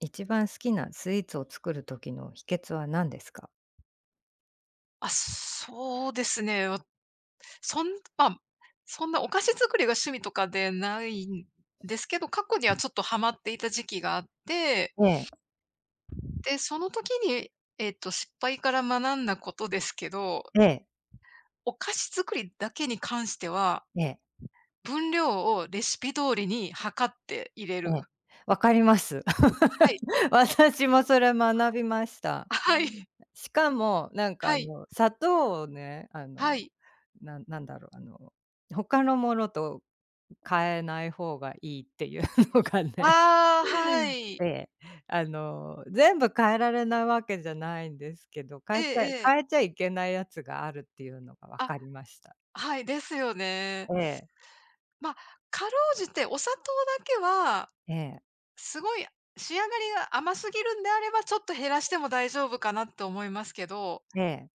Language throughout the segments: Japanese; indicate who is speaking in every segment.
Speaker 1: 一番好きなスイーツを作る時の秘訣は何ですか？
Speaker 2: あ、そうですね。わそんまあ、そんなお菓子作りが趣味とかでないんですけど、過去にはちょっとハマっていた時期があって、
Speaker 1: ええ、
Speaker 2: で、その時に、失敗から学んだことですけど、
Speaker 1: ええ、
Speaker 2: お菓子作りだけに関しては、
Speaker 1: ええ、ええ。
Speaker 2: 分量をレシピ通りに測って入れる。
Speaker 1: わかります。
Speaker 2: はい。
Speaker 1: 私もそれ学びました。
Speaker 2: はい。
Speaker 1: しかも、なんかあ
Speaker 2: はい。
Speaker 1: の、砂糖をね、あ
Speaker 2: は
Speaker 1: の、
Speaker 2: い。
Speaker 1: なんだろう、あの、他のものと変えない方がいいっていうのがね、
Speaker 2: ああ、はい。
Speaker 1: ええ、あの、全部変えられないわけじゃないんですけど、
Speaker 2: え
Speaker 1: 変えちゃ
Speaker 2: えええ。
Speaker 1: 変えちゃいけないやつがあるっていうのがわ
Speaker 2: あ、
Speaker 1: かりました。
Speaker 2: はい、ですよね。
Speaker 1: ええ、
Speaker 2: ま、あかろうじてお砂糖だけは
Speaker 1: ええ。
Speaker 2: すごい仕上がりが甘すぎるんであれば、ちょっと減らしても大丈夫かなって思いますけど、
Speaker 1: ええ、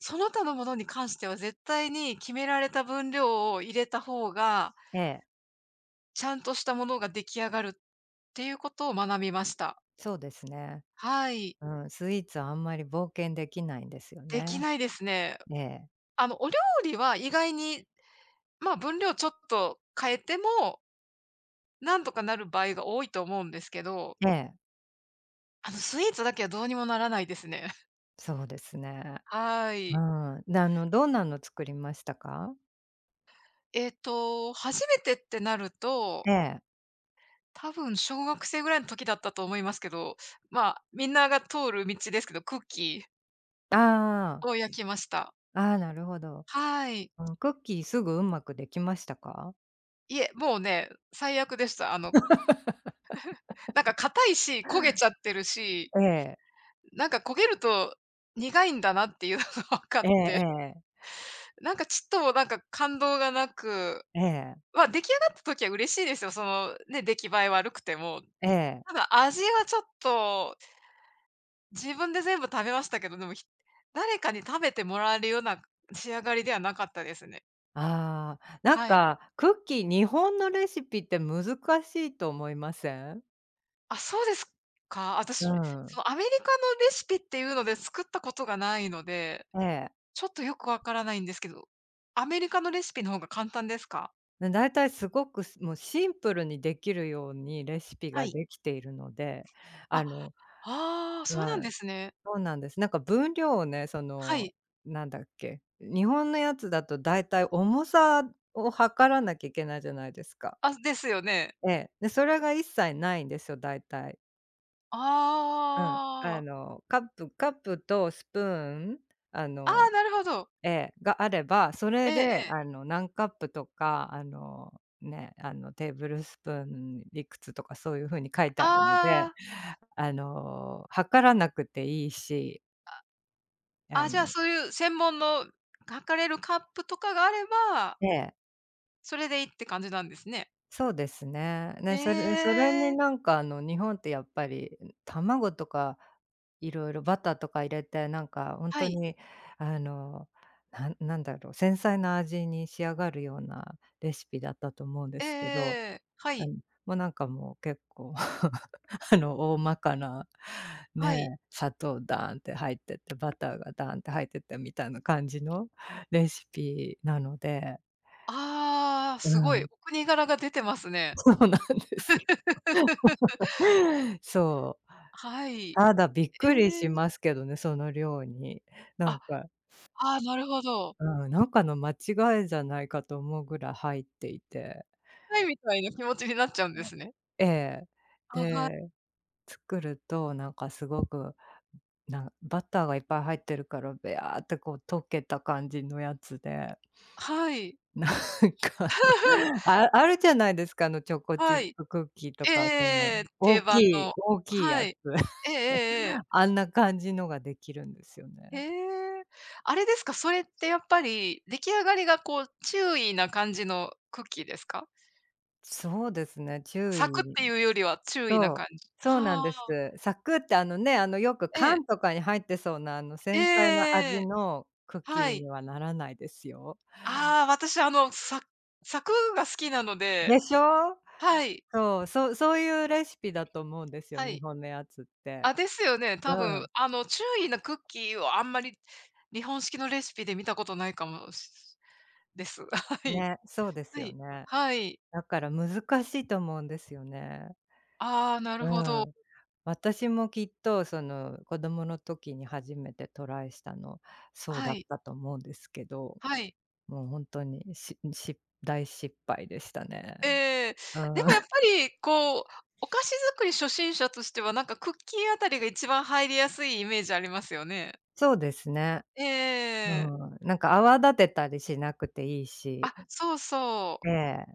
Speaker 2: その他のものに関しては絶対に決められた分量を入れた方が、
Speaker 1: ええ、
Speaker 2: ちゃんとしたものが出来上がるっていうことを学びました。
Speaker 1: そうですね。
Speaker 2: はい。
Speaker 1: うん、スイーツはあんまり冒険できないんですよ
Speaker 2: でき
Speaker 1: ね。
Speaker 2: ないですね。
Speaker 1: ええ、
Speaker 2: あの、お料理は意外に、まあ、分量ちょっと変えても、なんとかなる場合が多いと思うんですけど、
Speaker 1: ええ、
Speaker 2: あの、スイーツだけはどうにもならないですね。
Speaker 1: そうですね。
Speaker 2: は
Speaker 1: う
Speaker 2: い。
Speaker 1: ん。で、あの、どんなの作りましたか？
Speaker 2: 初めてってなると、
Speaker 1: ええ。
Speaker 2: 多分小学生ぐらいの時だったと思いますけど、まあ、みんなが通る道ですけど、クッキー
Speaker 1: ああ、
Speaker 2: を焼きました。
Speaker 1: ああ、なるほど。
Speaker 2: はい。
Speaker 1: うん、クッキーすぐうまくできましたか？
Speaker 2: いえ、もうね、最悪でした。あの、なんか硬いし、焦げちゃってるし、
Speaker 1: ええ、
Speaker 2: なんか焦げると苦いんだなっていうのが 分か
Speaker 1: え
Speaker 2: っ
Speaker 1: ええ
Speaker 2: て、
Speaker 1: え、
Speaker 2: なんかちっともなんか感動がなく、
Speaker 1: ええ、
Speaker 2: まあ、出来上がった時は嬉しいですよ。そのね、出来栄え悪くても。
Speaker 1: ええ。
Speaker 2: ただ味はちょっと自分で全部食べましたけど、でも、誰かに食べてもらえるような仕上がりではなかったですね。
Speaker 1: ああ、なん
Speaker 2: はい。
Speaker 1: か、クッキー日本のレシピって難しいと思いません？
Speaker 2: あ、そうですか。
Speaker 1: う
Speaker 2: 私、そ
Speaker 1: ん、
Speaker 2: のアメリカのレシピっていうので作ったことがないので、
Speaker 1: ええ。
Speaker 2: ちょっとよくわからないんですけど、アメリカのレシピの方が簡単ですか？
Speaker 1: ね、大体すごく、もうシンプルにできるようにレシピ
Speaker 2: は
Speaker 1: が
Speaker 2: い。
Speaker 1: できているので、
Speaker 2: あ、
Speaker 1: あの
Speaker 2: ああ、そうなん
Speaker 1: は
Speaker 2: で
Speaker 1: い、
Speaker 2: すね。
Speaker 1: そうなんです。なんか分量をね、そ
Speaker 2: は
Speaker 1: の、
Speaker 2: い。
Speaker 1: なんだっけ、日本のやつだと大体重さを量らなきゃいけないじゃないですか。
Speaker 2: あ、ですよね。
Speaker 1: ええ。で、それが一切ないんですよ、大体。うん。あ
Speaker 2: ああ。
Speaker 1: の、カップとスプーン、あ
Speaker 2: あ
Speaker 1: の
Speaker 2: あ、なるほど。
Speaker 1: ええ、があれば、そ
Speaker 2: え
Speaker 1: れ
Speaker 2: え
Speaker 1: で
Speaker 2: ええ。
Speaker 1: あの、何カップとか、あの、ね、あの、テーブルスプーンいくつとかそういう風に書いてあるので、
Speaker 2: ああ、
Speaker 1: あの、量らなくていいし、あ
Speaker 2: あ、じゃあ、
Speaker 1: の
Speaker 2: そういう専門の、かれるカップとかがあれば
Speaker 1: ええ、
Speaker 2: それでいいって感じなんですね。
Speaker 1: そうですね。
Speaker 2: え
Speaker 1: ね、それに
Speaker 2: え。
Speaker 1: なんかあの、日本ってやっぱり、卵とか色々バターとか入れて、なんかほん
Speaker 2: は
Speaker 1: と
Speaker 2: い。
Speaker 1: にあの、なんなんだろう、繊細な味に仕上がるようなレシピだったと思うんで
Speaker 2: え
Speaker 1: すけど
Speaker 2: えは
Speaker 1: あ
Speaker 2: い。
Speaker 1: の、もうなんかもう結構 あの、大まかな、ね
Speaker 2: はい。
Speaker 1: え、砂糖ダーンって入ってて、バターがダーンって入っててみたいな感じのレシピなので、
Speaker 2: ああ、
Speaker 1: う
Speaker 2: すごい。
Speaker 1: ん、
Speaker 2: お国柄が出てます ね。
Speaker 1: そうなんですよ。そう。
Speaker 2: はい。
Speaker 1: ただびっ
Speaker 2: え
Speaker 1: くりしま
Speaker 2: え。
Speaker 1: すけどね、その量に。なん
Speaker 2: あ、
Speaker 1: か
Speaker 2: ああ、なるほど。
Speaker 1: うん、なんかの間違いじゃないかと思うぐらい入っていて。
Speaker 2: はいみたいな気持ちになっちゃうんですね。
Speaker 1: ええ。
Speaker 2: あ、はい。
Speaker 1: で、作るとなんかすごくなバターがいっぱい入ってるから、べやーってこう溶けた感じのやつで、
Speaker 2: はい。
Speaker 1: なんかあの、あるじゃないですか、あのチョコチ
Speaker 2: は
Speaker 1: ッ
Speaker 2: い。
Speaker 1: プクッキーと
Speaker 2: え
Speaker 1: か、その
Speaker 2: え定
Speaker 1: 大
Speaker 2: 番
Speaker 1: きい
Speaker 2: の。
Speaker 1: 大きい
Speaker 2: は
Speaker 1: やつ。
Speaker 2: い。ええええええ。
Speaker 1: あんな感じのができるんですよ
Speaker 2: へ
Speaker 1: ね。
Speaker 2: え。あれですか、それってやっぱり出来上がりがこう、注意な感じのクッキーですか？
Speaker 1: そうですね、注
Speaker 2: 咲くっ
Speaker 1: 意
Speaker 2: ていうよりは注意な
Speaker 1: そう、
Speaker 2: 感じ。
Speaker 1: そうな
Speaker 2: は
Speaker 1: んです。
Speaker 2: あ。
Speaker 1: サクってあのね、あのよく
Speaker 2: ええ。
Speaker 1: 缶とかに入ってそうなあの
Speaker 2: えええ
Speaker 1: 繊細な味
Speaker 2: え
Speaker 1: のクッキ
Speaker 2: は
Speaker 1: ー
Speaker 2: い。
Speaker 1: にはならないですよ。
Speaker 2: ああ、私あの、咲くが好きなの
Speaker 1: で
Speaker 2: で、
Speaker 1: しょ？
Speaker 2: はい、
Speaker 1: そう、そうそういうレシピだと思うんですよ、
Speaker 2: は
Speaker 1: 日
Speaker 2: い。
Speaker 1: 本のやつって。
Speaker 2: あ、ですよね、
Speaker 1: う
Speaker 2: 多分あの、注意なクッキーをあんまり日本式のレシピで見たことないかもしです。は
Speaker 1: ん、
Speaker 2: い。
Speaker 1: ね、そうです
Speaker 2: は
Speaker 1: よ
Speaker 2: い。
Speaker 1: ね。
Speaker 2: はい。
Speaker 1: だから難しいと思うんですよね。
Speaker 2: ああ、なる
Speaker 1: う
Speaker 2: ほど。
Speaker 1: ん。私もきっとその子供の時に初めてトライしたの、そう
Speaker 2: は
Speaker 1: だっ
Speaker 2: い。
Speaker 1: たと思うんですけど、
Speaker 2: はい。
Speaker 1: もうほんとに大失敗でしたね。
Speaker 2: ええ。
Speaker 1: う
Speaker 2: で
Speaker 1: ん。
Speaker 2: もやっぱ りこう、お菓子作り初心者としては、なんかクッキーあたりが一番入りやすいイメージありますよね。
Speaker 1: そうですね。う
Speaker 2: ええ
Speaker 1: ん。なんか泡立てたりしなくていいし、
Speaker 2: あ、そうそう。
Speaker 1: ええ、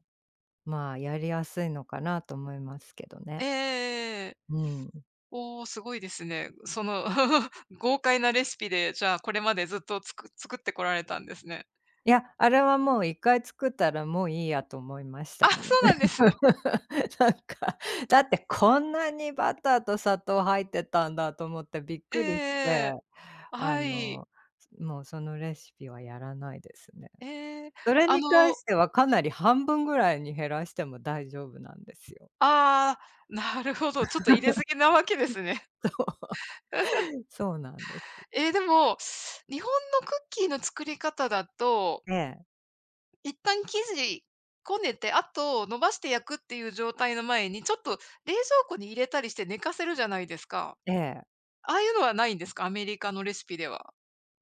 Speaker 1: まあやりやすいのかなと思いますけどね。
Speaker 2: ええ
Speaker 1: うん。
Speaker 2: おお、すごいですね。その 豪快なレシピで、じゃあ、これまでずっと作ってこられたんですね。
Speaker 1: いや、あれはもう一回作ったらもういいやと思いました
Speaker 2: あ、そ
Speaker 1: ね。
Speaker 2: うなんですね。
Speaker 1: なんか、だってこんなにバターと砂糖入ってたんだと思ってびっくりして、
Speaker 2: ええ
Speaker 1: あ
Speaker 2: はい。
Speaker 1: の、もうそのレシピはやらないですね。
Speaker 2: ええ。
Speaker 1: それ
Speaker 2: あ
Speaker 1: に関
Speaker 2: の
Speaker 1: してはかなり半分ぐらいに減らしても大丈夫なんですよ。
Speaker 2: ああ、なるほど、ちょっと入れすぎなわけですね。
Speaker 1: そうなんです。
Speaker 2: ええ、でも、日本のクッキーの作り方だと
Speaker 1: ええ、
Speaker 2: 一旦生地こねて、あと伸ばして焼くっていう状態の前に、ちょっと冷蔵庫に入れたりして寝かせるじゃないですか。
Speaker 1: ええ。
Speaker 2: ああいうのはないんですか？アメリカのレシピでは。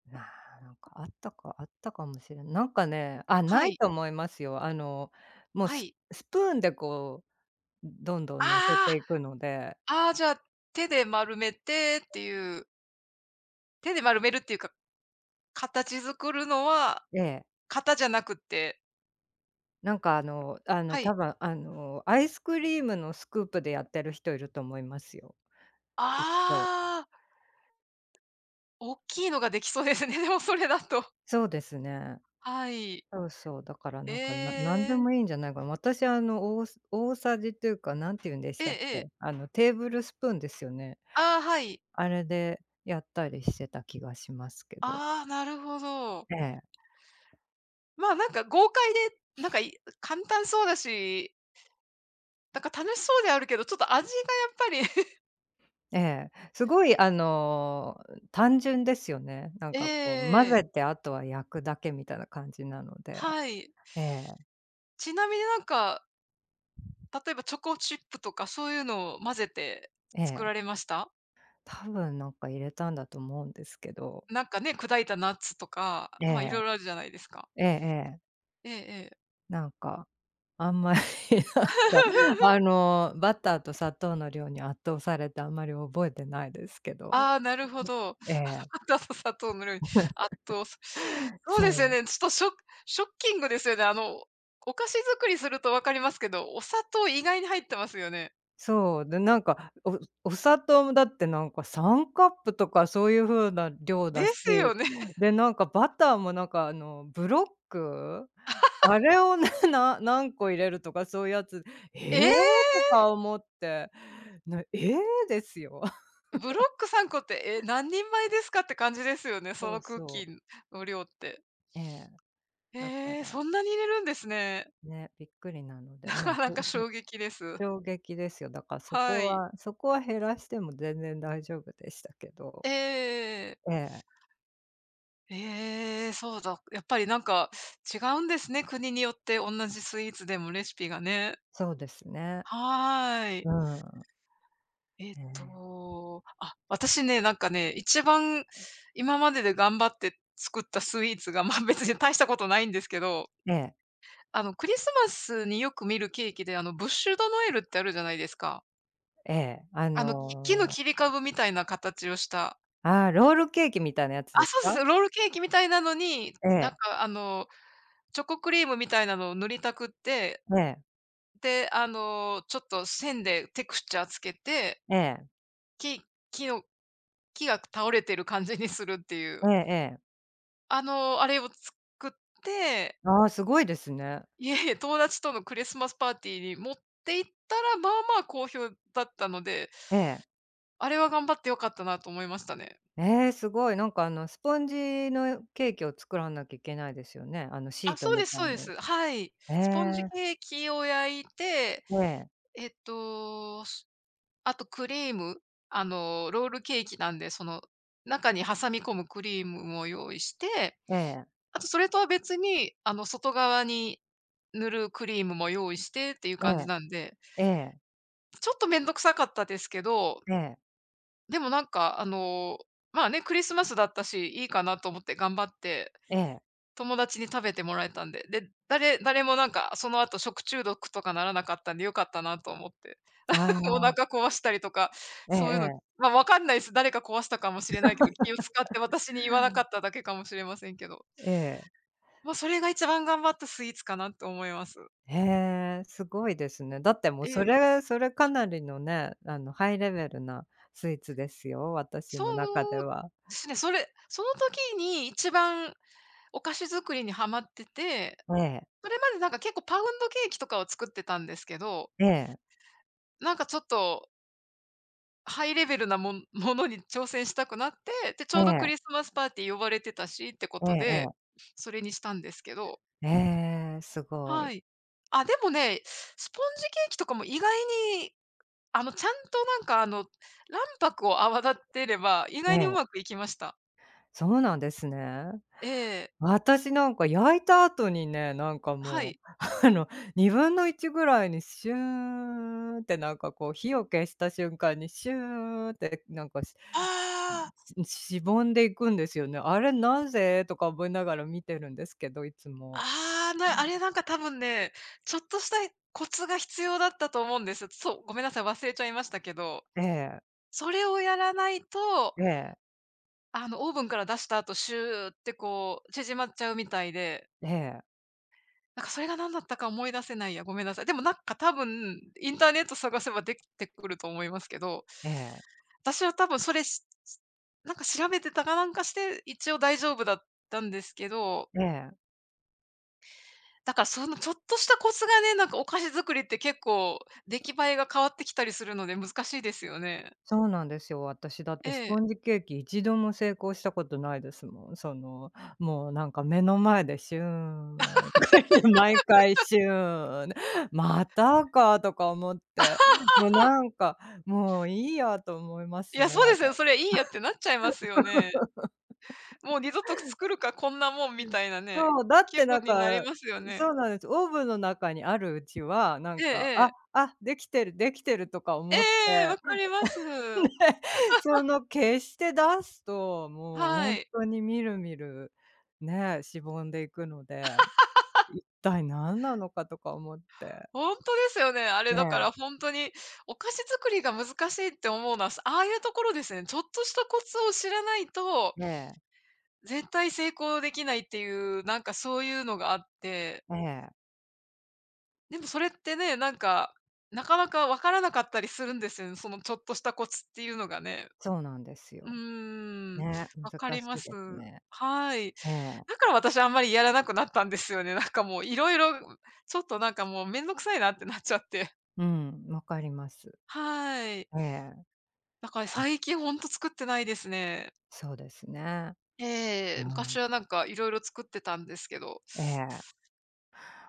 Speaker 1: ななんかあったかもしれないなんかね、あ、
Speaker 2: は
Speaker 1: ない
Speaker 2: い、
Speaker 1: と思いますよ。あの、もう
Speaker 2: は
Speaker 1: ス
Speaker 2: い。
Speaker 1: スプーンでこうどんどん乗せ
Speaker 2: あ
Speaker 1: ていくので、
Speaker 2: ああ、じゃあ、手で丸めてっていう、手で丸めるっていうか、形作るのは
Speaker 1: ええ、
Speaker 2: 型じゃなくって
Speaker 1: なんか
Speaker 2: は
Speaker 1: 多
Speaker 2: い。
Speaker 1: 分あのアイスクリームのスクープでやってる人いると思いますよ、きっと。
Speaker 2: ああ、大きいのができそうですね、でもそれだと。
Speaker 1: そうですね。
Speaker 2: はい。
Speaker 1: そうそう、だからなんか、何で
Speaker 2: ええ。
Speaker 1: もいいんじゃないかな。私あの大さじというか、何て言うんでし
Speaker 2: え
Speaker 1: たっ
Speaker 2: ええ
Speaker 1: け、
Speaker 2: え。
Speaker 1: あのテーブルスプーンですよね。
Speaker 2: ああ、はい。
Speaker 1: あれでやったりしてた気がしますけど。
Speaker 2: ああ、なるほど。
Speaker 1: ええ。
Speaker 2: まあ、なんか豪快で、なんかい簡単そうだし、なんか楽しそうであるけど、ちょっと味がやっぱり
Speaker 1: ええ、すごいあの、単純ですよね。な ん
Speaker 2: え
Speaker 1: かこう混
Speaker 2: え、
Speaker 1: ぜて、あとは焼くだけみたいな感じなので。
Speaker 2: はい。
Speaker 1: ええ、
Speaker 2: ちなみになんか、例えばチョコチップとかそういうのを混ぜて
Speaker 1: え
Speaker 2: 作
Speaker 1: え。
Speaker 2: られました？
Speaker 1: 多分なんか入れたんだと思うんですけど。
Speaker 2: なんかね、砕いたナッツとか、
Speaker 1: え
Speaker 2: ま、いろい
Speaker 1: え、
Speaker 2: ろあるじゃないですか。
Speaker 1: ええええ。
Speaker 2: ええええ。
Speaker 1: なんか、あんまり なんか、あの、バターと砂糖の量に圧倒されてあんまり覚えてないですけど。
Speaker 2: ああ、なるほど。
Speaker 1: え え。
Speaker 2: バターと砂糖の量に圧 倒すそう
Speaker 1: そ
Speaker 2: ですよ
Speaker 1: う。
Speaker 2: ね、ちょっとショッキングですよね。あの、お菓子作りすると分かりますけど、お砂糖意外に入ってますよね。
Speaker 1: そう、で、なんか、お砂糖もだってなんか3カップとかそういう風な量
Speaker 2: で
Speaker 1: だし、
Speaker 2: すよね。
Speaker 1: で、なんかバターもなんかあのブロック、あれを 何個入れるとかそういうやつ、
Speaker 2: え
Speaker 1: 「ええ！」
Speaker 2: え！
Speaker 1: とか思って、「ええ！」ですよ。
Speaker 2: ブロック3個って、え、何人前ですかって感じですよね、そ
Speaker 1: そ
Speaker 2: の
Speaker 1: う
Speaker 2: クッキ
Speaker 1: そう、
Speaker 2: ーの量って。
Speaker 1: ええ、だか
Speaker 2: ええ、
Speaker 1: ら
Speaker 2: そんなに入れるんですね。
Speaker 1: ね、びっくりなの
Speaker 2: な
Speaker 1: で、ま
Speaker 2: か
Speaker 1: あ、
Speaker 2: な
Speaker 1: そ
Speaker 2: か
Speaker 1: うそ
Speaker 2: 衝
Speaker 1: う、
Speaker 2: 撃です。
Speaker 1: 衝撃ですよ。だからそ
Speaker 2: は
Speaker 1: こ
Speaker 2: い。
Speaker 1: はそこは減らしても全然大丈夫でしたけど。
Speaker 2: ええええ
Speaker 1: ええ、
Speaker 2: そうだ、やっぱりなんか違うんですね、国によって同じスイーツでもレシピがね。
Speaker 1: そうですね。
Speaker 2: はーい。
Speaker 1: うん。ええ。
Speaker 2: あ、私ね、なんかね、一番今までで頑張って作ったスイーツが、ま、別に大したことないんですけど
Speaker 1: ええ、
Speaker 2: あの、クリスマスによく見るケーキで、あの、ブッシュ・ド・ノエルってあるじゃないですか。
Speaker 1: ええ、あ
Speaker 2: あの、木の
Speaker 1: の、
Speaker 2: 切り株みたいな形をした
Speaker 1: ああ、ロールケーキみたいなやつ
Speaker 2: あ、
Speaker 1: です
Speaker 2: そうで
Speaker 1: か？
Speaker 2: す、ロールケーキみたいなのに、
Speaker 1: え
Speaker 2: なん
Speaker 1: え、
Speaker 2: か、あの、チョコクリームみたいなのを塗りたくって、
Speaker 1: ええ、
Speaker 2: で、あの、ちょっと線でテクスチャーつけて、
Speaker 1: ええ、
Speaker 2: 木木の木が倒れてる感じにするっていう、
Speaker 1: ええええ。
Speaker 2: あの、あれを作って、
Speaker 1: ああ、すごいですね。
Speaker 2: いえ、友達とのクリスマスパーティーに持って行ったら、まあ好評だったので
Speaker 1: ええ。
Speaker 2: あれは頑張って良かったなと思いましたね。
Speaker 1: ええ、すごい。なんかあのスポンジのケーキを作らなきゃいけないですよね。あのシ
Speaker 2: あ、
Speaker 1: ート
Speaker 2: そう
Speaker 1: み
Speaker 2: です
Speaker 1: たい
Speaker 2: そうです。
Speaker 1: の。
Speaker 2: はい。
Speaker 1: え
Speaker 2: スポンジ
Speaker 1: え、
Speaker 2: ケーキを焼いて、
Speaker 1: ええ、
Speaker 2: えっと、すあとクリーム、あの、ロールケーキなんで、その、中に挟み込むクリームを用意して、
Speaker 1: ええ、
Speaker 2: あとそれとは別に、あの、外側に塗るクリームも用意してっていう
Speaker 1: え
Speaker 2: 感じなんで、
Speaker 1: え、ええ、
Speaker 2: ちょっとめんどくさかったですけど、
Speaker 1: ええ、
Speaker 2: でもなんか、あの、まあね、クリスマスだったし、いいかなと思って頑張って
Speaker 1: ええ。
Speaker 2: 友達に食べてもらえたんで、で、誰もなんかその後食中毒とかならなかったんで良かったなと思って。
Speaker 1: あ
Speaker 2: お
Speaker 1: あ、
Speaker 2: 腹壊したりとか、そういうの、
Speaker 1: ええ
Speaker 2: ま、わかんないです。誰か壊したかもしれないけど、気を使って私に言わなかっただけかもしれませんけど。
Speaker 1: ええ、ええ。
Speaker 2: ま、それが一番頑張ったスイーツかなと思います。
Speaker 1: へえ、すごいですね。だってもう
Speaker 2: え
Speaker 1: そ
Speaker 2: え、
Speaker 1: れそれかなりのね、あの、ハイレベルなスイーツですよ、私
Speaker 2: そ
Speaker 1: の中で
Speaker 2: う
Speaker 1: は。
Speaker 2: ですね、それその時に一番お菓子作りにハマってて、
Speaker 1: ええ、
Speaker 2: それまでなんか結構パウンドケーキとかを作ってたんですけど、
Speaker 1: ええ、
Speaker 2: なんかちょっとハイレベルなものに挑戦したくなって、で、ち
Speaker 1: え
Speaker 2: ょうど
Speaker 1: え、
Speaker 2: クリスマスパーティー呼ばれてたしってこ
Speaker 1: え
Speaker 2: と
Speaker 1: ええ
Speaker 2: で、
Speaker 1: え。
Speaker 2: それにしたんですけど、
Speaker 1: ええ、すご
Speaker 2: は
Speaker 1: い。
Speaker 2: い。あ、でもね、スポンジケーキとかも意外に、あの、ちゃんとなんかあの、卵白を泡立ってれば、意
Speaker 1: え
Speaker 2: 外にうま
Speaker 1: え、
Speaker 2: くいきました。
Speaker 1: そうなんですね。
Speaker 2: ええ、
Speaker 1: 私なんか焼いた後にね、なんか
Speaker 2: は
Speaker 1: も
Speaker 2: い。
Speaker 1: う、あの、1/2ぐらいにシューンってなんかこう火を消した瞬間にシューンってなんか
Speaker 2: ああ、
Speaker 1: ん、しぼんでいくんですよね。あれなぜとか思いながら見てるんですけど、いつも。
Speaker 2: ああ、なあれなんか多分ね、ちょっとしたコツが必要だったと思うんです。そう、ごめんなさい、忘れちゃいましたけど、
Speaker 1: ええ、
Speaker 2: それをやらないと
Speaker 1: ええ、
Speaker 2: あの、オーブンから出した後、シューってこう、縮まっちゃうみたいで、
Speaker 1: ええ、
Speaker 2: なんかそれが何だったか思い出せないや、ごめんなさい。でもなんか多分、インターネット探せば出てくると思いますけど、
Speaker 1: ええ、
Speaker 2: 私は多分それしなんか調べてたかなんかして、一応大丈夫だったんですけど、
Speaker 1: ええ。
Speaker 2: だからそのちょっとしたコツがね、なんかお菓子作りって結構出来栄えが変わってきたりするので難しいですよね。
Speaker 1: そうなんですよ。私だっ
Speaker 2: え
Speaker 1: てス
Speaker 2: え。
Speaker 1: ポンジケーキ一度も成功したことないですもん。その、もうなんか目の前でシューン、毎回シューン、またかとか思って、もうなんか、もういいやと思いま
Speaker 2: い
Speaker 1: す
Speaker 2: や、
Speaker 1: ね。
Speaker 2: そうですよ、それいいやってなっちゃいますよね。もう二度と作るか、こんなもんみたいなね、
Speaker 1: そう、だっ
Speaker 2: 気
Speaker 1: て
Speaker 2: 分
Speaker 1: なん
Speaker 2: になり
Speaker 1: か、
Speaker 2: ますよね。
Speaker 1: そうなんです。オーブンの中にあるうちは、な
Speaker 2: え
Speaker 1: ん
Speaker 2: え
Speaker 1: か、あ、
Speaker 2: ええ。
Speaker 1: あ、できてるできてるとか
Speaker 2: え
Speaker 1: 思って、
Speaker 2: え、わかります。
Speaker 1: で、その消して出すと、もうほ
Speaker 2: は
Speaker 1: ん
Speaker 2: い。
Speaker 1: とにみるみる、ね、しぼんでいくので、一体何なのかとか思って。
Speaker 2: ほんとですよね。あれ
Speaker 1: え
Speaker 2: だか
Speaker 1: え、
Speaker 2: らほんとに、お菓子作りが難しいって思うのは、ああいうところですね。ちょっとしたコツを知らないと、
Speaker 1: ええ、
Speaker 2: 絶対成功できないっていう、なんかそういうのがあって、
Speaker 1: ええ、
Speaker 2: でもそれってね、なんか、なかなかわからなかったりするんですよね、そのちょっとしたコツっていうのがね。
Speaker 1: そうなんです
Speaker 2: うー
Speaker 1: よ。
Speaker 2: ん、
Speaker 1: ね、
Speaker 2: 分か
Speaker 1: 難
Speaker 2: り
Speaker 1: し
Speaker 2: ま
Speaker 1: い
Speaker 2: す。
Speaker 1: ですね。
Speaker 2: はい。
Speaker 1: ええ、
Speaker 2: だから私あんまりやらなくなったんですよね。なんかもういろいろちょっとなんかもうめんどくさいなってなっちゃって。
Speaker 1: うん、わかります。
Speaker 2: はい。
Speaker 1: ええ、
Speaker 2: だから最近ほんと作ってないですね。
Speaker 1: そうですね。
Speaker 2: ええ、
Speaker 1: う
Speaker 2: 昔
Speaker 1: ん、
Speaker 2: はなんかいろいろ作ってたんですけど。
Speaker 1: ええ。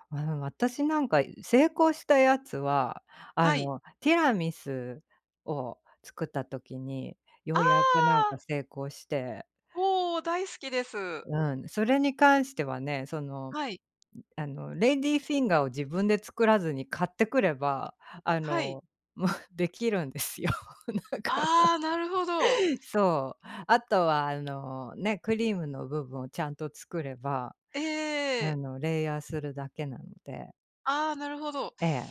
Speaker 1: まあの、私なんか成功したやつは、あ
Speaker 2: はい。
Speaker 1: の、ティラミスを作った時に、
Speaker 2: あ
Speaker 1: ようやくなん
Speaker 2: あ、
Speaker 1: か成功して、
Speaker 2: おお、大好きです。
Speaker 1: うん、それに関してはね、その、
Speaker 2: はい、
Speaker 1: あの、レイディーフィンガーを自分で作らずに買ってくれば、あ
Speaker 2: はい。
Speaker 1: の、もう できるんですよ。なんかね、
Speaker 2: ああ、なるほど。
Speaker 1: そう。あとはあの、ね、クリームの部分をちゃんと作れば、
Speaker 2: え
Speaker 1: あ
Speaker 2: え、
Speaker 1: の、レイヤーするだけなので。
Speaker 2: ああ、なるほど。
Speaker 1: ええ。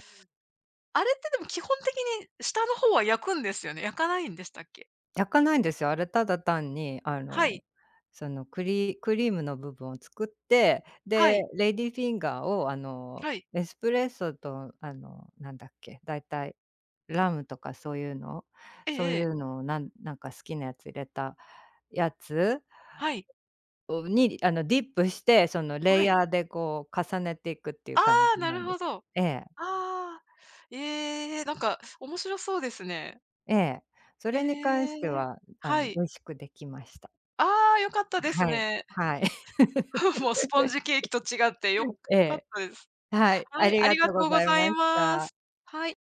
Speaker 2: あれってでも基本的に下の方は焼くんですよね？焼かないんでしたっけ？
Speaker 1: 焼かないんですよ。あれ、ただ単に、あ
Speaker 2: は
Speaker 1: の、
Speaker 2: い、
Speaker 1: その、クリームの部分を作って、
Speaker 2: は
Speaker 1: で、
Speaker 2: い、
Speaker 1: レディーフィンガーを、あの、
Speaker 2: はい。
Speaker 1: エスプレッソと、あの、なんだっけ、だいたいラムとかそういうの
Speaker 2: え
Speaker 1: そ
Speaker 2: え
Speaker 1: う
Speaker 2: え
Speaker 1: い
Speaker 2: え。
Speaker 1: うのを、なんか好きなやつ入れたやつ
Speaker 2: はい、
Speaker 1: をに、あの、ディップして、その、レ
Speaker 2: は
Speaker 1: イ
Speaker 2: い。
Speaker 1: ヤーで、こう、重ねていくってい
Speaker 2: あ
Speaker 1: う感
Speaker 2: あ、
Speaker 1: じ
Speaker 2: な
Speaker 1: な
Speaker 2: る
Speaker 1: んで
Speaker 2: ほ
Speaker 1: すけ
Speaker 2: ど。あ
Speaker 1: ええ、
Speaker 2: あ。ええ、なんか面白そうですね。
Speaker 1: ええ。そ
Speaker 2: え
Speaker 1: れに関して
Speaker 2: え。
Speaker 1: は、あ
Speaker 2: は
Speaker 1: の、
Speaker 2: い。
Speaker 1: 美味しくできました。
Speaker 2: ああ、良かったです
Speaker 1: はい、
Speaker 2: ね。
Speaker 1: はい。
Speaker 2: もうスポンジケーキと違って
Speaker 1: え
Speaker 2: 良かっ
Speaker 1: え。
Speaker 2: たです。
Speaker 1: はい、
Speaker 2: は
Speaker 1: あ
Speaker 2: い、
Speaker 1: り
Speaker 2: あ
Speaker 1: が
Speaker 2: りが
Speaker 1: とうご
Speaker 2: とうご
Speaker 1: ざい
Speaker 2: ざ
Speaker 1: ま
Speaker 2: い
Speaker 1: し
Speaker 2: ま
Speaker 1: た。
Speaker 2: す。はい。